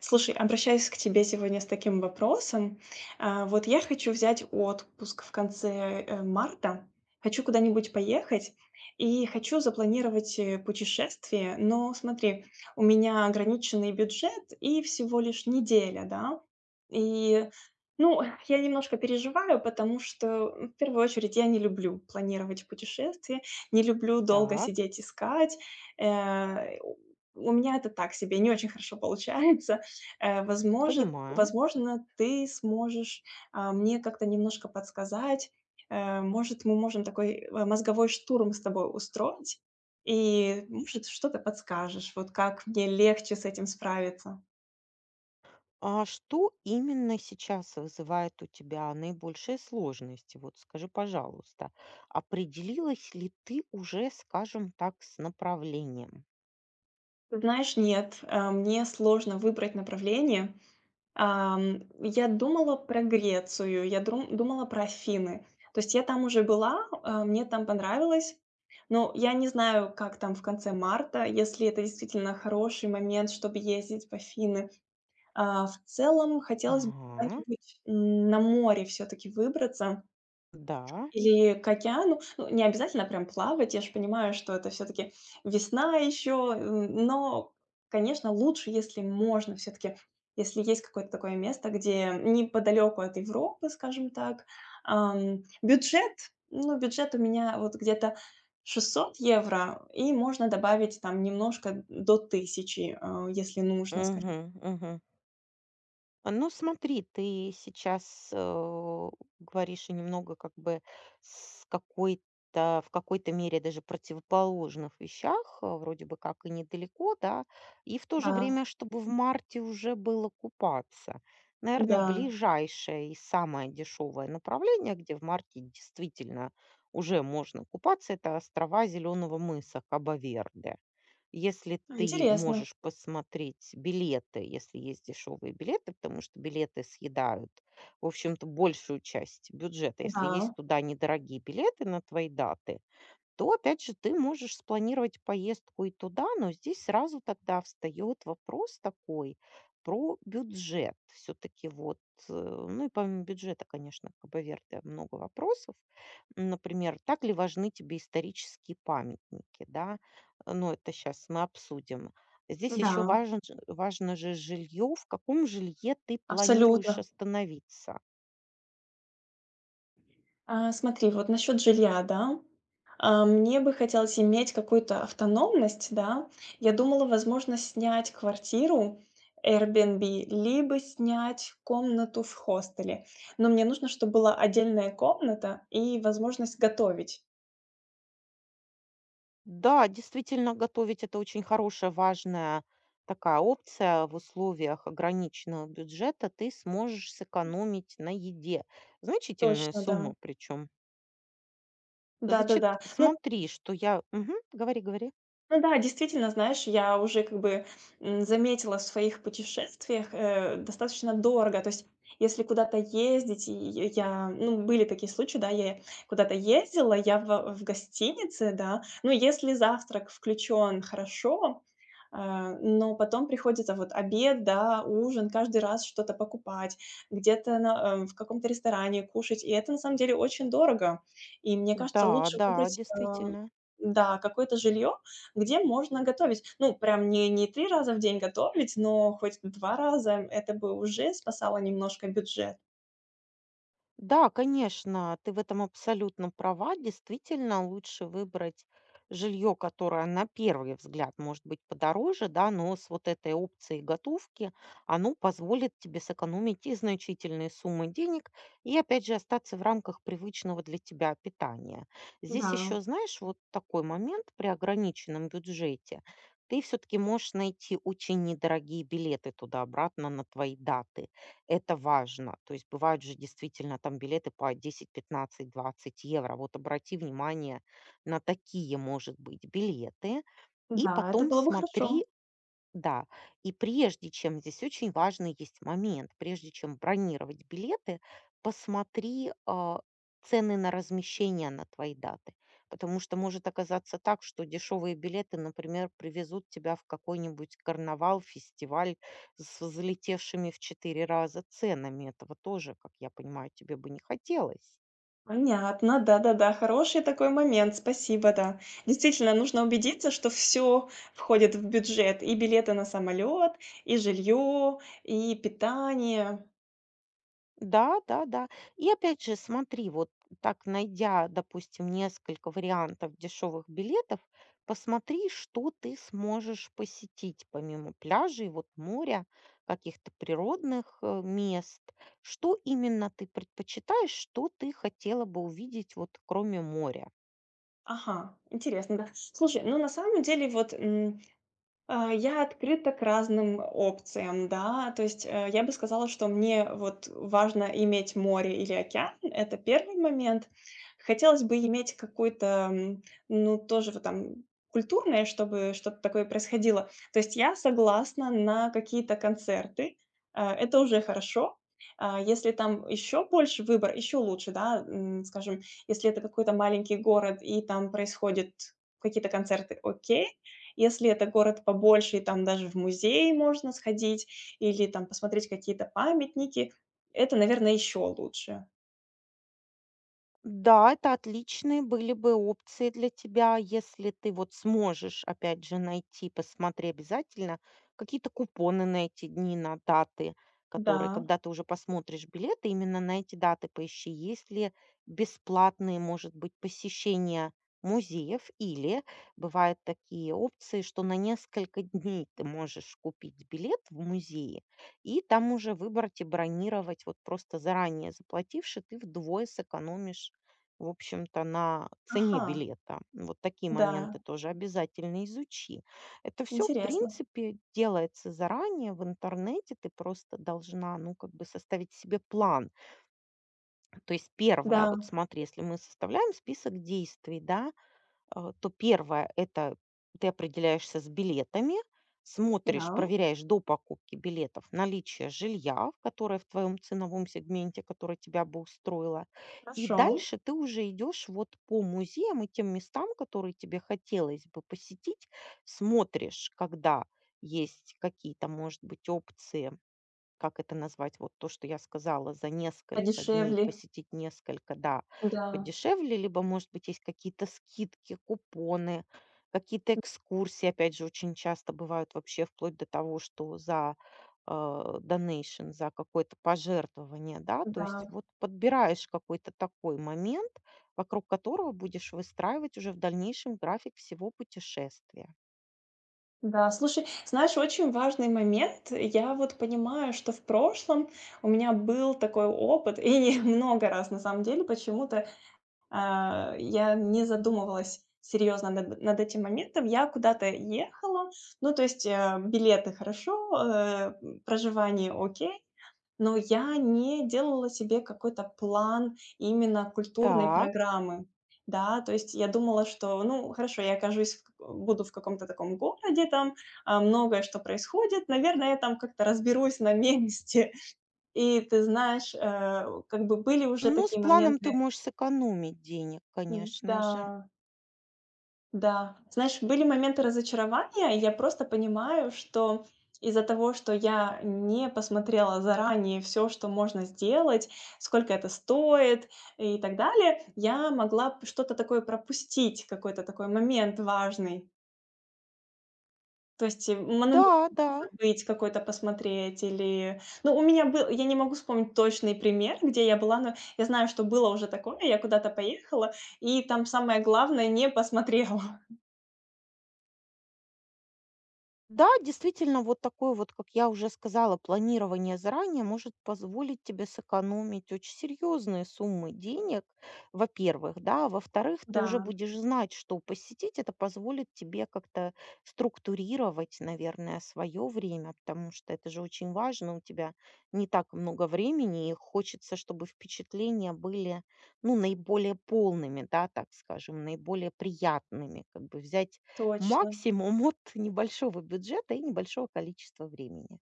Слушай, обращаюсь к тебе сегодня с таким вопросом. Вот я хочу взять отпуск в конце, марта, хочу куда-нибудь поехать и хочу запланировать, путешествие. Но смотри, у меня ограниченный бюджет и всего лишь неделя, да. И, ну, я немножко переживаю, потому что, в первую очередь, я не люблю планировать путешествия, не люблю долго Так, сидеть искать. Э, у у меня это так себе, не очень хорошо получается. Э, возможет понимаю. возможно, ты сможешь, мне как-то немножко подсказать. Может, мы можем такой, мозговой штурм с тобой устроить, и, может, что-то подскажешь, вот как мне легче с этим справиться. А что именно сейчас вызывает у тебя наибольшие сложности? Вот скажи, пожалуйста, определилась ли ты уже, скажем так, с направлением? Ты знаешь, нет, мне сложно выбрать направление. Я думала про Грецию, я друм думала про Афины. То есть я там уже была, мне там понравилось. Но я не знаю, как там в конце марта, если это действительно хороший момент, чтобы ездить в Афины. В целом хотелось бы Ага, куда-нибудь, на море все таки выбраться. да. Или к океану. Ну, не обязательно прям плавать. Я же понимаю, что это все таки весна еще, но, конечно, лучше, если можно все таки, если есть какое-то такое место, где неподалеку от Европы, скажем так. Бюджет, ну, бюджет у меня вот где-то 600 евро, и можно добавить там немножко до тысячи, если нужно, скажем. Угу. Ну, смотри, ты сейчас говоришь и немного как бы с какой-то, в какой-то мере даже противоположных вещах, вроде бы как и недалеко, да, и в то же Да, время, чтобы в марте уже было купаться. Наверное, да, ближайшее и самое дешевое направление, где в марте действительно уже можно купаться, это острова Зеленого мыса, кабо. Если ты интересно. можешь посмотреть билеты, если есть дешевые билеты, потому что билеты съедают, в общем-то, большую часть бюджета. Если Да, есть туда недорогие билеты на твои даты, то опять же ты можешь спланировать поездку и туда, но здесь сразу тогда встает вопрос такой про бюджет. Все-таки вот, ну и помимо бюджета, конечно, к Кабаверде много вопросов. Например, так ли важны тебе исторические памятники, да? Ну это сейчас мы обсудим. Здесь еще да, важен, важно же жилье, в каком жилье ты планируешь абсолютно. остановиться. Смотри, вот насчет жилья, да. Мне бы хотелось иметь какую-то автономность, да. Я думала, возможно, снять квартиру Airbnb, либо снять комнату в хостеле. Но мне нужно, чтобы была отдельная комната и возможность готовить. Да, действительно, готовить - это очень хорошая, важная такая опция. В условиях ограниченного бюджета ты сможешь сэкономить на еде. Значительные Точно, да. суммы причем. Значит, Да-да-да. Ну, смотри, что я... Мгм. Говори, говори. ну да, действительно, знаешь, я уже как бы, заметила в своих путешествиях, достаточно дорого. То есть, если куда-то ездить, и я ну, были такие случаи, да, я куда-то ездила, я в гостинице, да. Ну, если завтрак включен, хорошо, но потом приходится вот обед, да, ужин, каждый раз что-то покупать, где-то в каком-то ресторане кушать. И это на самом деле очень дорого. И мне кажется, Да, лучше да, выбрать, действительно. да, какое-то жилье, где можно готовить. Ну, прям не 3 раза в день готовить, но хоть 2 раза это бы уже спасало немножко бюджет. Да, конечно, ты в этом абсолютно права. Действительно, лучше выбрать жилье, которое на первый взгляд может быть подороже, да, но с вот этой опцией готовки оно позволит тебе сэкономить и значительные суммы денег, и опять же остаться в рамках привычного для тебя питания. Да, Здесь еще, знаешь, вот такой момент при ограниченном бюджете. Ты все-таки можешь найти очень недорогие билеты туда-обратно на твои даты, это важно. То есть бывают же действительно там билеты по 10, 15, 20 евро. Вот обрати внимание на такие, может быть, билеты. И да, это потом было бы хорошо. смотри, да, и прежде чем... здесь очень важный есть момент, прежде чем бронировать билеты, посмотри цены на размещение на твои даты, потому что может оказаться так, что дешевые билеты, например, привезут тебя в какой-нибудь карнавал, фестиваль с взлетевшими в четыре раза ценами. Этого тоже, как я понимаю, тебе бы не хотелось. Понятно, да-да-да, хороший такой момент, спасибо, да. Действительно, нужно убедиться, что все входит в бюджет: и билеты на самолет, и жилье, и питание. Да, да, да. И опять же, смотри, вот так найдя, допустим, несколько вариантов дешевых билетов, посмотри, что ты сможешь посетить помимо пляжей, вот моря, каких-то природных мест. Что именно ты предпочитаешь, что ты хотела бы увидеть, вот кроме моря? Ага, интересно, да. Слушай, ну, на самом деле, вот, я открыта к разным опциям, да. То есть, я бы сказала, что мне вот важно иметь море или океан. Это первый момент. Хотелось бы иметь какой-то, ну, тоже вот там культурное, чтобы что-то такое происходило. То есть я согласна на какие-то концерты, это уже хорошо. Если там еще больше выбор, еще лучше, да. Скажем, если это какой-то маленький город и там происходит какие-то концерты, окей. Если это город побольше, и там даже в музей можно сходить или там посмотреть какие-то памятники, это, наверное, еще лучше. Да, это отличные были бы опции для тебя, если ты вот сможешь, опять же, найти, посмотри обязательно, какие-то купоны на эти дни, на даты, которые, Да. когда ты уже посмотришь билеты, именно на эти даты поищи, есть ли бесплатные, может быть, посещения музеев, или бывают такие опции, что на несколько дней ты можешь купить билет в музее, и там уже выбрать и бронировать, вот просто заранее заплативши, ты вдвое сэкономишь, в общем-то, на цене Ага. билета. Вот такие Да. моменты тоже обязательно изучи. Это все, в Интересно. принципе, делается заранее в интернете. Ты просто должна, ну, как бы составить себе план. То есть первое, Да. вот смотри, если мы составляем список действий, да, то первое - это ты определяешься с билетами, смотришь, Да. проверяешь до покупки билетов наличие жилья, в которое в твоем ценовом сегменте, которое тебя бы устроило. И Хорошо. дальше ты уже идешь вот по музеям и тем местам, которые тебе хотелось бы посетить. Смотришь, когда есть какие-то, может быть, опции, как это назвать? Вот то, что я сказала, за несколько дней Подешевле. посетить несколько, да, Да. подешевле, либо, может быть, есть какие-то скидки, купоны, какие-то экскурсии. Опять же, очень часто бывают вообще вплоть до того, что за донейшн, за какое-то пожертвование, да, то Да. есть вот подбираешь какой-то такой момент, вокруг которого будешь выстраивать уже в дальнейшем график всего путешествия. Да. Слушай, знаешь, очень важный момент. Я вот понимаю, что в прошлом у меня был такой опыт, и не много раз на самом деле почему-то я не задумывалась серьезно над этим моментом. Я куда-то ехала, ну, то есть, билеты - хорошо, э, проживание - окей, но я не делала себе какой-то план именно культурной Так. программы. Да, то есть я думала, что, ну, хорошо, я окажусь в ка буду в каком-то таком городе, там, многое что происходит, наверное, я там как-то разберусь на месте. И ты знаешь, как бы были уже Ну, с такие планом моменты. ты можешь сэкономить денег, Да. конечно же. Да, знаешь, были моменты разочарования, и я просто понимаю, что из-за того, что я не посмотрела заранее все, что можно сделать, сколько это стоит и так далее, я могла п что-то такое пропустить, какой-то такой момент важный. То есть, монумент Да, да. забыть какой-то посмотреть или, ну, у меня был я не могу вспомнить точный пример, где я была, но я знаю, что было уже такое. Я куда-то поехала, и там самое главное не посмотрела. Да, действительно, вот такое вот, как я уже сказала, планирование заранее может позволить тебе сэкономить очень серьезные суммы денег, во-первых, да, а во-вторых, ты уже Да, будешь знать, что посетить, это позволит тебе как-то структурировать, наверное, свое время, потому что это же очень важно, у тебя не так много времени, и хочется, чтобы впечатления были, ну, наиболее полными, да, так скажем, наиболее приятными, как бы взять точно. максимум от небольшого бюджета и небольшого количества времени.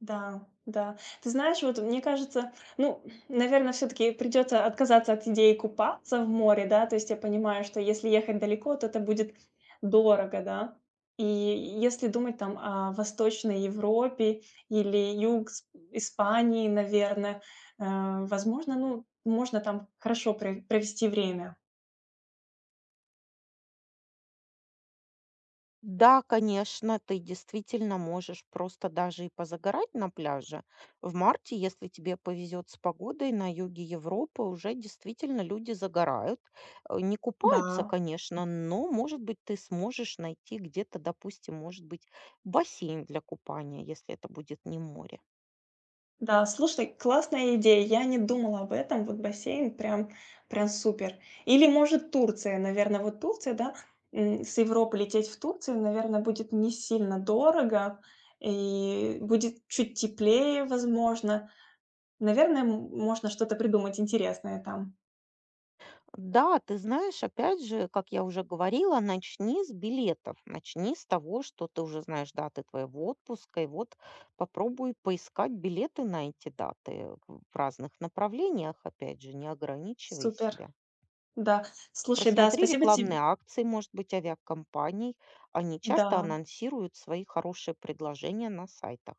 Да, да. Ты знаешь, вот мне кажется, ну, наверное, все таки придется отказаться от идеи купаться в море, да. То есть я понимаю, что если ехать далеко, то это будет дорого, да. И если думать там о Восточной Европе или юг С Испании, наверное, э, возможно, ну, можно там хорошо провести время. Да, конечно, ты действительно можешь просто даже и позагорать на пляже. В марте, если тебе повезет с погодой, на юге Европы уже действительно люди загорают. Не Да. купаются, конечно, но, может быть, ты сможешь найти где-то, допустим, может быть, бассейн для купания, если это будет не море. Да, слушай, классная идея. Я не думала об этом. Вот бассейн прям, прям супер. Или, может, Турция, наверное, вот Турция, да, с Европы лететь в Турцию, наверное, будет не сильно дорого и будет чуть теплее, возможно. Наверное, можно что-то придумать интересное там. Да, ты знаешь, опять же, как я уже говорила, начни с билетов, начни с того, что ты уже знаешь даты твоего отпуска, и вот попробуй поискать билеты на эти даты в разных направлениях, опять же, не ограничивай Супер, себя. да. Слушай, да, Просмотри спасибо тебе. рекламные акции, может быть, авиакомпаний. Они часто Да. анонсируют свои хорошие предложения на сайтах.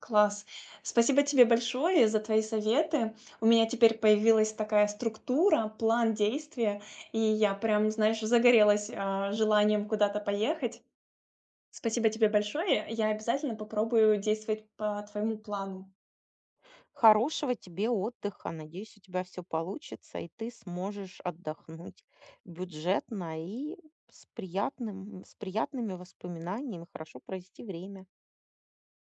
Класс. Спасибо тебе большое за твои советы. У меня теперь появилась такая структура, план действия, и я прям, знаешь, загорелась, желанием куда-то поехать. Спасибо тебе большое. Я обязательно попробую действовать по твоему плану. Хорошего тебе отдыха. Надеюсь, у тебя все получится, и ты сможешь отдохнуть бюджетно и с, приятным, с приятными воспоминаниями, хорошо провести время.